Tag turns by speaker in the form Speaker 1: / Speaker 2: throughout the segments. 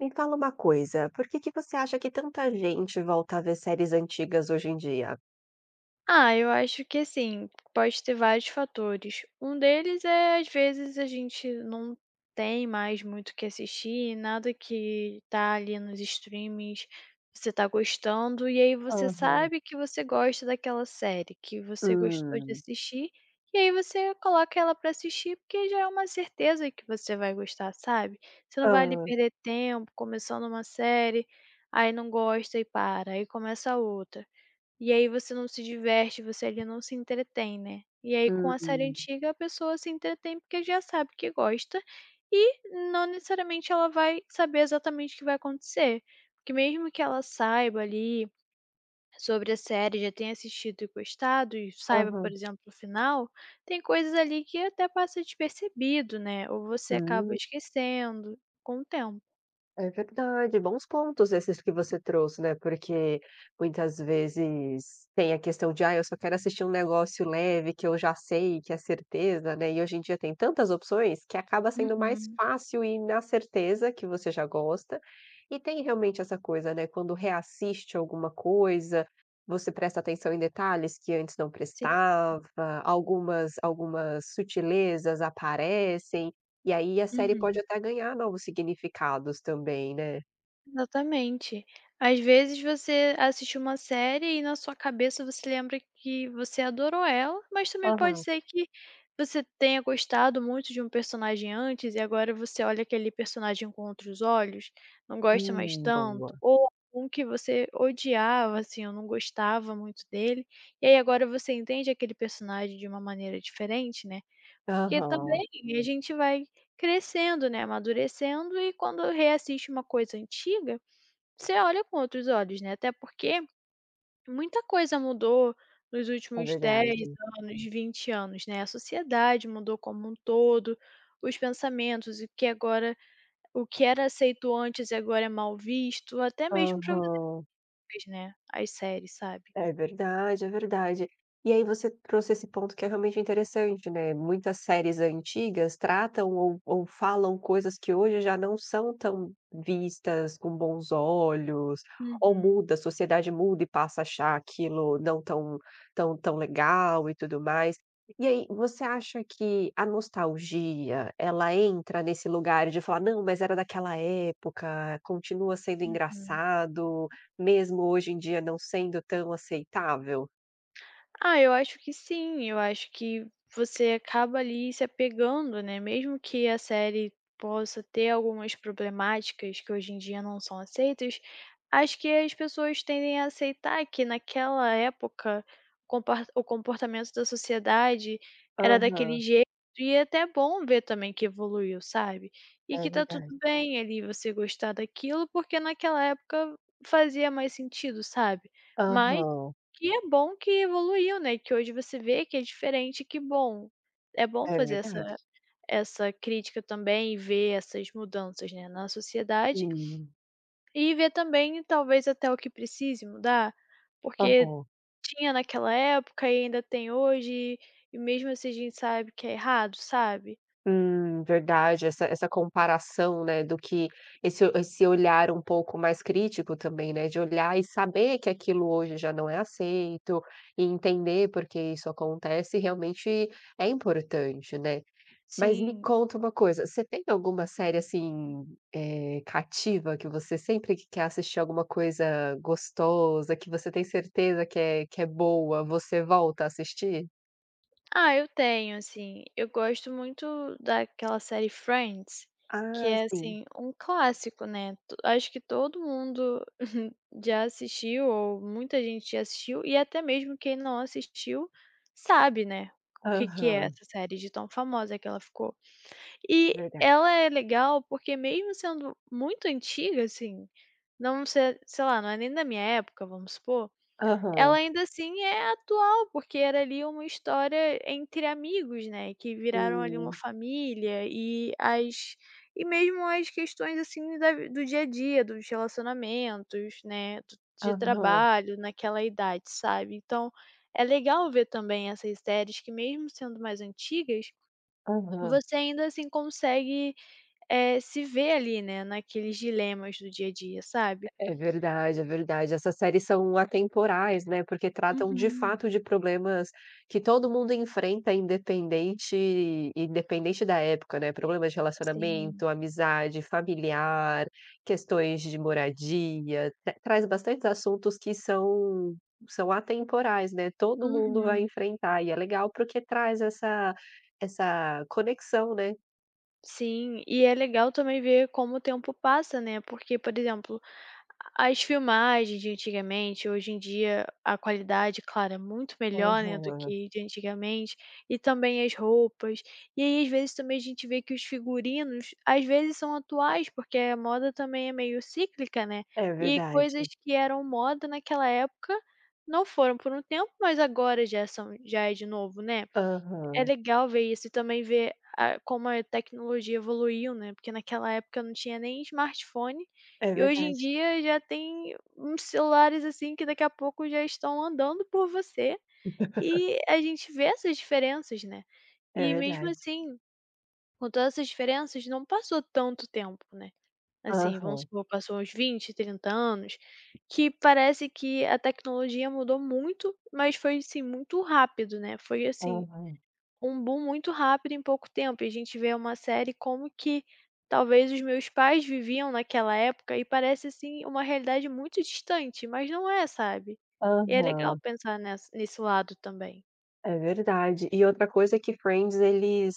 Speaker 1: Me fala uma coisa, por que que você acha que tanta gente volta a ver séries antigas hoje em dia?
Speaker 2: Ah, eu acho que assim, pode ter vários fatores. Um deles é, às vezes, a gente não tem mais muito o que assistir, nada que tá ali nos streamings você tá gostando, e aí você
Speaker 1: Aham.
Speaker 2: sabe que você gosta daquela série, que você gostou de
Speaker 1: Hum.
Speaker 2: assistir, e aí você coloca ela pra assistir, porque já é uma certeza que você vai gostar, sabe? Você não vai ali
Speaker 1: Hã.
Speaker 2: perder tempo começando uma série, aí não gosta e para, aí começa outra. E aí você não se diverte, você ali não se entretém, né. E aí com a série
Speaker 1: Hum.
Speaker 2: antiga a pessoa se entretém porque já sabe que gosta e não necessariamente ela vai saber exatamente o que vai acontecer. Porque mesmo que ela saiba ali sobre a série, já tenha assistido e gostado e saiba, por
Speaker 1: Aham.
Speaker 2: exemplo, o final, tem coisas ali que até passa despercebido, né, ou você acaba
Speaker 1: Hum.
Speaker 2: esquecendo com o tempo.
Speaker 1: É verdade, bons pontos esses que você trouxe, né, porque muitas vezes tem a questão de: "Ah, eu só quero assistir um negócio leve que eu já sei, que é certeza", né, e hoje em dia tem tantas opções que acaba sendo mais
Speaker 2: Uhum.
Speaker 1: fácil ir na certeza que você já gosta. E tem realmente essa coisa, né, quando reassiste alguma coisa, você presta atenção em detalhes que antes não
Speaker 2: Sim.
Speaker 1: prestava, algumas sutilezas aparecem. E aí a série pode
Speaker 2: Uhum.
Speaker 1: até ganhar novos significados também, né.
Speaker 2: Exatamente. Às vezes você assiste uma série e na sua cabeça você lembra que você adorou ela, mas também pode
Speaker 1: Aham.
Speaker 2: ser que você tenha gostado muito de um personagem antes e agora você olha aquele personagem com outros olhos, não gosta mais
Speaker 1: Boa.
Speaker 2: tanto, ou um que você odiava, assim, ou não gostava muito dele, e aí agora você entende aquele personagem de uma maneira diferente, né. Porque
Speaker 1: Aham.
Speaker 2: também a gente vai crescendo, né, amadurecendo e quando reassiste uma coisa antiga, você olha com outros olhos, né, até porque muita coisa mudou nos
Speaker 1: É
Speaker 2: últimos dez
Speaker 1: verdade.
Speaker 2: anos, 20 anos, né, a sociedade mudou como um todo, os pensamentos, o que era aceito antes e agora é mal visto, até mesmo para
Speaker 1: Aham.
Speaker 2: vocês né, as séries, sabe.
Speaker 1: É verdade, é verdade. E aí você trouxe esse ponto que é realmente interessante, né, muitas séries antigas tratam ou falam coisas que hoje já não são tão vistas com bons olhos, ou
Speaker 2: Uhum,
Speaker 1: muda, a sociedade muda e passa a achar aquilo não tão tão legal e tudo mais. E aí, você acha que a nostalgia, ela entra nesse lugar de falar: "Não, mas era daquela época, continua sendo
Speaker 2: uhum.
Speaker 1: engraçado", mesmo hoje em dia não sendo tão aceitável?
Speaker 2: Ah, eu acho que sim, eu acho que você acaba ali se apegando, né, mesmo que a série possa ter algumas problemáticas que hoje em dia não são aceitas, acho que as pessoas tendem a aceitar que naquela época o comportamento da sociedade era daquele
Speaker 1: Aham,
Speaker 2: jeito e é até bom ver também que evoluiu, sabe. E
Speaker 1: é
Speaker 2: que tá tudo
Speaker 1: verdade.
Speaker 2: bem ali você gostar daquilo, porque naquela época fazia mais sentido, sabe. Mas
Speaker 1: Aham,
Speaker 2: que é bom que evoluiu, né, que hoje você vê que é diferente, que bom. É bom
Speaker 1: é
Speaker 2: fazer
Speaker 1: verdade.
Speaker 2: essa crítica também e ver essas mudanças, né, na sociedade
Speaker 1: Hum.
Speaker 2: e ver também talvez até o que precise mudar, porque
Speaker 1: Aham.
Speaker 2: tinha naquela época e ainda tem hoje, e mesmo assim a gente sabe que é errado, sabe.
Speaker 1: Verdade, essa comparação, né, do que esse olhar um pouco mais crítico também, né, de olhar e saber que aquilo hoje já não é aceito, e entender por que isso acontece realmente é importante, né. Mas me
Speaker 2: Sim.
Speaker 1: conta uma coisa, você tem alguma série, assim, cativa que você sempre que quer assistir alguma coisa gostosa, que você tem certeza que é boa, você volta a assistir?
Speaker 2: Ah, eu tenho, assim, eu gosto muito daquela série Friends, que
Speaker 1: Ah,
Speaker 2: é,
Speaker 1: sim.
Speaker 2: assim, um clássico, né, to acho que todo mundo já assistiu ou muita gente já assistiu e até mesmo quem não assistiu sabe, né, o que que é
Speaker 1: Aham,
Speaker 2: essa série de tão famosa que ela ficou. E
Speaker 1: verdade.
Speaker 2: ela é legal porque mesmo sendo muito antiga, assim, não sei, sei lá, não é nem da minha época, vamos supor, ela
Speaker 1: Aham,
Speaker 2: ainda assim é atual, porque era ali uma história entre amigos, né, que viraram ali uma
Speaker 1: sim.
Speaker 2: família e mesmo as questões, assim, do dia a dia, dos relacionamentos, né, do de
Speaker 1: Aham,
Speaker 2: trabalho naquela idade, sabe. Então, é legal ver também essas séries que mesmo sendo mais antigas,
Speaker 1: aham.
Speaker 2: você ainda assim consegue, se ver ali, né, naqueles dilemas do dia a dia, sabe.
Speaker 1: É verdade, é verdade. Essas séries são atemporais, né, porque tratam de
Speaker 2: Uhum,
Speaker 1: fato de problemas que todo mundo enfrenta independente da época, né, problemas de
Speaker 2: sim.
Speaker 1: relacionamento, amizade, familiar, questões de moradia, traz bastantes assuntos que são atemporais, né, todo mundo vai
Speaker 2: Uhum.
Speaker 1: enfrentar e é legal porque traz essa conexão, né.
Speaker 2: Sim, e é legal também ver como o tempo passa, né, porque, por exemplo, as filmagens de antigamente, hoje em dia a qualidade, claro, é muito melhor, né, do
Speaker 1: Aham.
Speaker 2: que de antigamente, e também as roupas. E aí, às vezes, também a gente vê que os figurinos, às vezes, são atuais, porque a moda também é meio cíclica, né,
Speaker 1: É
Speaker 2: e
Speaker 1: verdade.
Speaker 2: coisas que eram moda naquela época não foram por um tempo, mas agora já é de novo, né. É
Speaker 1: Aham.
Speaker 2: legal ver isso e também ver a como a tecnologia evoluiu, né, porque naquela época não tinha nem smartphone,
Speaker 1: É
Speaker 2: e hoje em
Speaker 1: verdade,
Speaker 2: dia já tem uns celulares, assim, que daqui a pouco já estão andando por você, e a gente vê essas diferenças, né.
Speaker 1: é
Speaker 2: E mesmo
Speaker 1: verdade.
Speaker 2: assim, com todas essas diferenças, não passou tanto tempo, né. Assim, vamos
Speaker 1: Aham,
Speaker 2: supor, passou uns 20, 30 anos, que parece que a tecnologia mudou muito, mas foi, assim, muito rápido, né, foi assim
Speaker 1: aham,
Speaker 2: um boom muito rápido em pouco tempo, e a gente vê uma série como que talvez os meus pais viviam naquela época e parece, assim, uma realidade muito distante, mas não é, sabe. E é legal
Speaker 1: aham,
Speaker 2: pensar nessa nesse lado também.
Speaker 1: é verdade. E outra coisa é que Friends eles,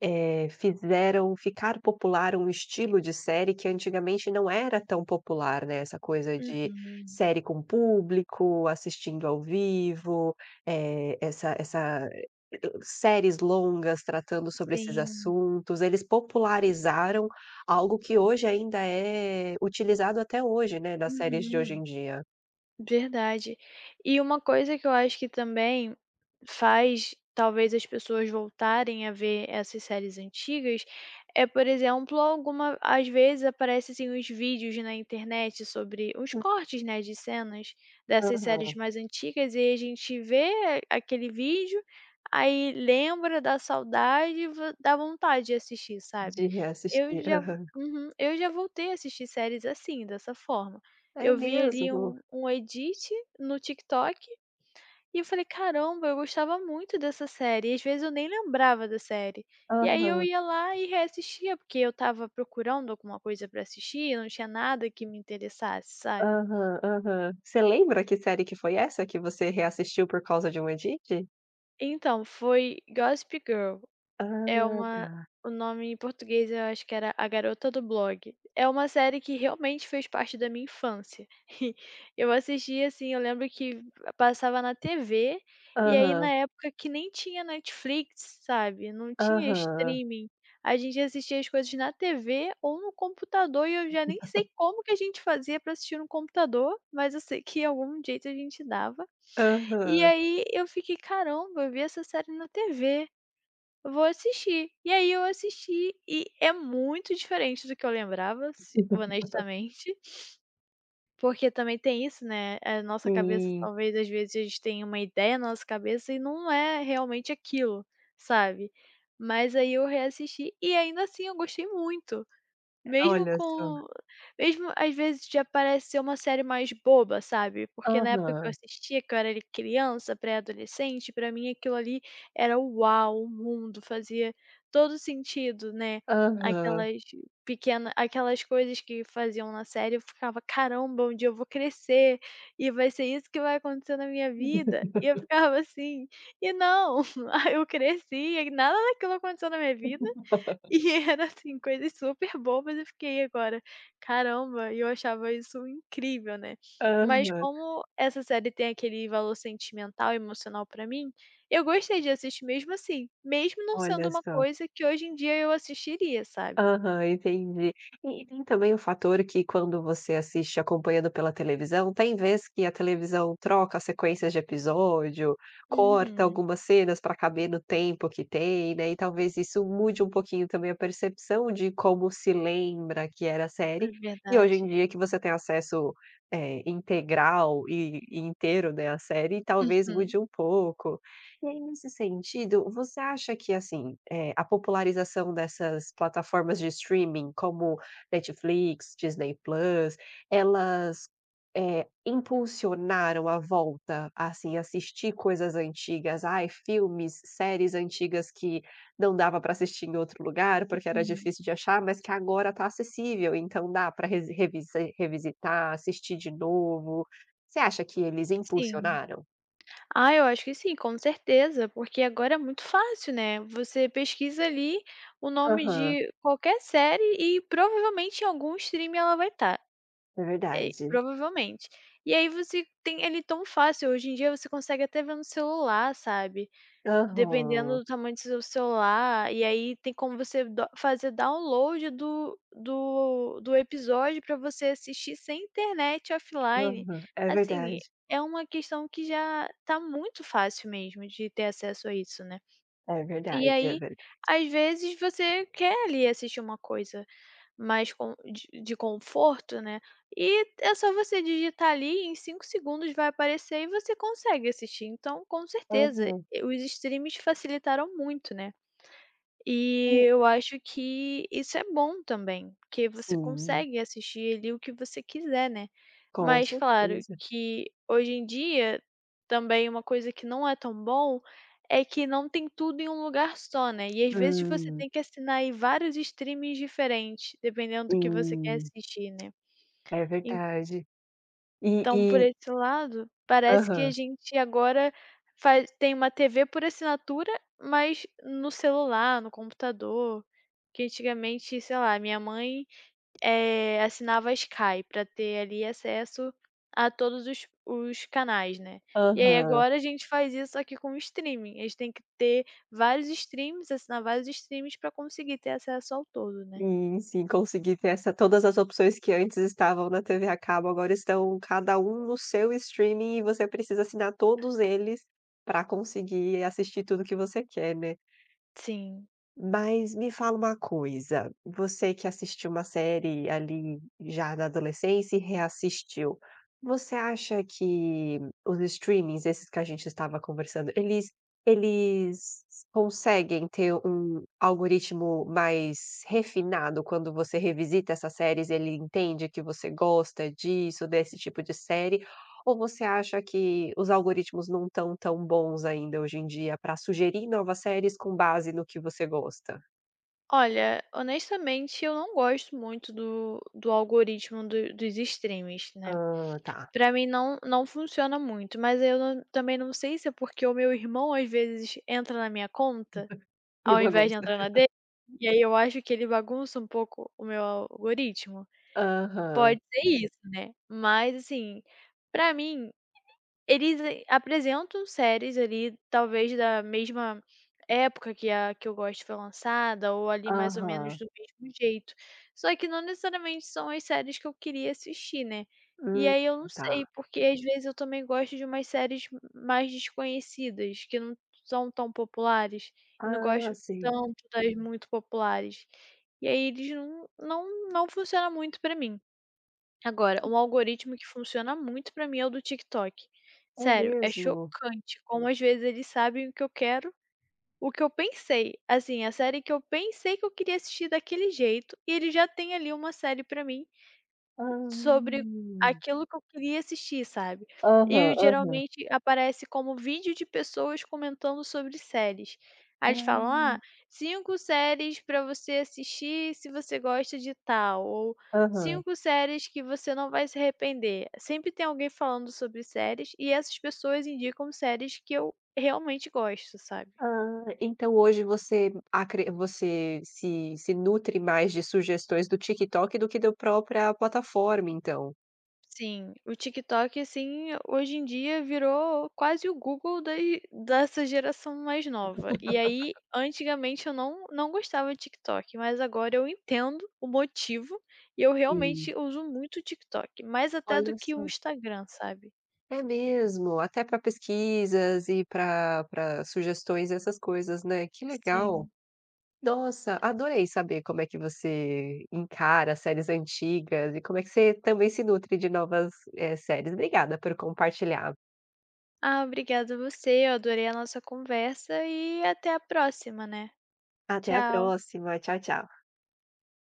Speaker 1: eh, fizeram ficar popular um estilo de série que antigamente não era tão popular, né, essa coisa de
Speaker 2: Uhum.
Speaker 1: série com público, assistindo ao vivo, essa séries longas tratando sobre esses
Speaker 2: Sim.
Speaker 1: assuntos, eles popularizaram algo que hoje ainda é utilizado até hoje, né. Das séries de hoje
Speaker 2: Uhum.
Speaker 1: em dia.
Speaker 2: Verdade. E uma coisa que eu acho que também faz, talvez, as pessoas voltarem a ver essas séries antigas, é, por exemplo, alguma às vezes aparecem assim, uns vídeos na internet sobre uns
Speaker 1: Hum,
Speaker 2: cortes, né, de cenas dessas séries
Speaker 1: aham.
Speaker 2: mais antigas, e a gente vê aquele vídeo, aí lembra, da saudade, e vo dá vontade de assistir, sabe.
Speaker 1: De
Speaker 2: Eu
Speaker 1: reassistir.
Speaker 2: já
Speaker 1: Aham.
Speaker 2: Uhum. Eu já voltei a assistir séries assim, dessa forma.
Speaker 1: É
Speaker 2: Eu vi ali
Speaker 1: mesmo?
Speaker 2: um edit no TikTok e eu falei: "Caramba, eu gostava muito dessa série", e às vezes eu nem lembrava da série. E aí eu
Speaker 1: Aham,
Speaker 2: ia lá e reassistia, porque eu estava procurando alguma coisa pra assistir, não tinha nada que me interessasse, sabe.
Speaker 1: aham, aham. Você lembra que série que foi essa que você reassistiu por causa de um edit?
Speaker 2: Então, foi Gossip Girl. É
Speaker 1: Ah,
Speaker 2: uma
Speaker 1: tá.
Speaker 2: O nome em português eu acho que era A Garota do Blog. É uma série que realmente fez parte da minha infância. Eu assistia, assim, eu lembro que passava na TV, e aí na
Speaker 1: Aham,
Speaker 2: época que nem tinha Netflix, sabe, não tinha
Speaker 1: aham,
Speaker 2: streaming, a gente assistia as coisas na TV ou no computador e eu já nem sei como que a gente fazia pra assistir no computador, mas eu sei que algum jeito a gente dava. E
Speaker 1: aham.
Speaker 2: aí eu fiquei: "Caramba, eu vi essa série na TV". Vou assistir. E aí eu assisti e é muito diferente do que eu lembrava, se honestamente, porque também tem isso, né, a nossa cabeça
Speaker 1: Sim,
Speaker 2: talvez às vezes a gente tem uma ideia na nossa cabeça e não é realmente aquilo, sabe. Mas aí eu reassisti e ainda assim eu gostei muito. Mesmo
Speaker 1: olha só.
Speaker 2: com Mesmo às vezes de aparecer uma série mais boba, sabe, porque na época que eu
Speaker 1: Aham,
Speaker 2: assistia, que eu era ali criança, pré-adolescente, pra mim aquilo ali era o "uau", o mundo, fazia todo sentido, né,
Speaker 1: aham,
Speaker 2: aquelas aquelas coisas que faziam na série, eu ficava: "Caramba, um dia eu vou crescer e vai ser isso que vai acontecer na minha vida", e eu ficava assim, e não, eu cresci e nada daquilo aconteceu na minha vida. E era assim, coisas super bobas, eu fiquei agora, caramba, e eu achava isso incrível, né. Mas
Speaker 1: aham,
Speaker 2: como essa série tem aquele valor sentimental, emocional pra mim, eu gostei de assistir mesmo assim, mesmo não sendo
Speaker 1: olha
Speaker 2: uma
Speaker 1: só.
Speaker 2: coisa que hoje em dia eu assistiria, sabe.
Speaker 1: Aham, entendi. E tem também o fator que quando você assiste acompanhando pela televisão, tem vezes que a televisão troca sequências de episódio, corta
Speaker 2: Uhum,
Speaker 1: algumas cenas para caber no tempo que tem, né, e talvez isso mude um pouquinho também a percepção de como se lembra que era a série,
Speaker 2: é
Speaker 1: e hoje em
Speaker 2: verdade.
Speaker 1: dia que você tem acesso, integral e inteiro, né, à série, talvez
Speaker 2: Uhum,
Speaker 1: mude um pouco. E aí, nesse sentido, você acha que, assim, a popularização dessas plataformas de streaming, como Netflix, Disney Plus, elas impulsionaram a volta, a assim, assistir coisas antigas, ai, filmes, séries antigas que não dava para assistir em outro lugar, porque era
Speaker 2: hum,
Speaker 1: difícil de achar, mas que agora está acessível, então dá para revisitar, assistir de novo. Você acha que eles
Speaker 2: sim.
Speaker 1: impulsionaram?
Speaker 2: Ah, eu acho que sim, com certeza, porque agora é muito fácil, né? Você pesquisa ali o nome
Speaker 1: Aham,
Speaker 2: de qualquer série e provavelmente em algum stream ela vai estar.
Speaker 1: é verdade.
Speaker 2: Provavelmente. E aí você tem ele é tão fácil. Hoje em dia você consegue até ver no celular, sabe? Dependendo
Speaker 1: Aham,
Speaker 2: do tamanho do seu celular, e aí tem como você do fazer download do episódio para você assistir sem internet offline.
Speaker 1: aham. É
Speaker 2: Assim,
Speaker 1: verdade,
Speaker 2: é uma questão que já tá muito fácil mesmo de ter acesso a isso, né.
Speaker 1: é
Speaker 2: E
Speaker 1: verdade, é
Speaker 2: aí,
Speaker 1: verda
Speaker 2: às vezes, você quer ali assistir uma coisa mais com de conforto, né, e é só você digitar ali, em 5 segundos vai aparecer e você consegue assistir. Então, com certeza,
Speaker 1: Aham.
Speaker 2: os streams facilitaram muito, né. E
Speaker 1: E
Speaker 2: eu acho que isso é bom também, porque você
Speaker 1: sim,
Speaker 2: consegue assistir ali o que você quiser, né.
Speaker 1: com
Speaker 2: Mas claro
Speaker 1: certeza.
Speaker 2: que hoje em dia, também uma coisa que não é tão bom, é que não tem tudo em um lugar só, né, e às vezes você
Speaker 1: Hum,
Speaker 2: tem que assinar aí vários streamings diferentes, dependendo do que você quer
Speaker 1: sim,
Speaker 2: assistir, né.
Speaker 1: é verdade. E
Speaker 2: Então, por
Speaker 1: e
Speaker 2: esse lado, parece que a
Speaker 1: aham,
Speaker 2: gente agora faz tem uma TV por assinatura, mas no celular, no computador, que antigamente, sei lá, minha mãe, assinava a Sky pra ter ali acesso a todos os canais, né. E aí
Speaker 1: aham.
Speaker 2: agora a gente faz isso aqui com o streaming, a gente tem que ter vários streams, assinar vários streams para conseguir ter acesso ao todo, né.
Speaker 1: E sim, consegui ter essa todas as opções que antes estavam na TV a cabo, agora estão cada um no seu streaming e você precisa assinar todos eles pra conseguir assistir tudo que você quer, né.
Speaker 2: Sim.
Speaker 1: Mas me fala uma coisa, você que assistiu uma série ali já na adolescência e reassistiu, você acha que os streamings, esses que a gente estava conversando, eles conseguem ter um algoritmo mais refinado quando você revisita essas séries, ele entende que você gosta disso, desse tipo de série? Ou você acha que os algoritmos não estão tão bons ainda hoje em dia para sugerir novas séries com base no que você gosta?
Speaker 2: Olha, honestamente, eu não gosto muito do algoritmo do dos streams, né.
Speaker 1: Ah, tá.
Speaker 2: Pra mim não funciona muito, mas eu não também não sei se é porque o meu irmão, às vezes, entra na minha conta,
Speaker 1: Que
Speaker 2: ao invés de
Speaker 1: bagunça.
Speaker 2: entrar na dele, e aí eu acho que ele bagunça um pouco o meu algoritmo.
Speaker 1: Aham,
Speaker 2: Pode ser isso, né. Mas, assim, pra mim eles apresentam séries ali, talvez da mesma época que a que eu gosto foi lançada, ou ali mais ou menos
Speaker 1: aham.
Speaker 2: do mesmo jeito. Só que não necessariamente são as séries que eu queria assistir, né. E
Speaker 1: Hum,
Speaker 2: aí eu não
Speaker 1: tá.
Speaker 2: sei, porque às vezes eu também gosto de umas séries mais desconhecidas, que não são tão populares, e não
Speaker 1: Ah,
Speaker 2: gosto
Speaker 1: sim.
Speaker 2: tanto das muito populares. E aí eles não funciona muito pra mim. Agora, um algoritmo que funciona muito pra mim é o do TikTok.
Speaker 1: É
Speaker 2: Sério, é
Speaker 1: mesmo?
Speaker 2: chocante como às vezes eles sabem o que eu quero, o que eu pensei. Assim, a série que eu pensei que eu queria assistir daquele jeito, e ele já tem ali uma série pra mim
Speaker 1: Hã.
Speaker 2: sobre aquilo que eu queria assistir, sabe.
Speaker 1: Aham,
Speaker 2: E
Speaker 1: aham.
Speaker 2: geralmente aparece como vídeo de pessoas comentando sobre séries. Aí eles
Speaker 1: Ah,
Speaker 2: falam: "Ah, 5 séries pra você assistir se você gosta de tal", ou
Speaker 1: aham.
Speaker 2: 5 séries que você não vai se arrepender". Sempre tem alguém falando sobre séries e essas pessoas indicam séries que eu realmente gosto, sabe.
Speaker 1: Ah, então hoje você acre você se nutre mais de sugestões do TikTok do que da própria plataforma, então?
Speaker 2: Sim, o TikTok, assim, hoje em dia virou quase o Google da dessa geração mais nova. E aí, antigamente eu não gostava de TikTok, mas agora eu entendo o motivo e eu
Speaker 1: Sim,
Speaker 2: realmente uso muito o TikTok, mais até do
Speaker 1: olha
Speaker 2: que o
Speaker 1: só.
Speaker 2: Instagram, sabe.
Speaker 1: É mesmo, até para pesquisas e para sugestões, essas coisas, né, que legal.
Speaker 2: Sim.
Speaker 1: Nossa, adorei saber como é que você encara séries antigas e como é que você também se nutre de novas, séries. Obrigada por compartilhar.
Speaker 2: Ah, obrigada a você, eu adorei a nossa conversa e até a próxima, né.
Speaker 1: Até a
Speaker 2: Tchau.
Speaker 1: próxima, tchau, tchau.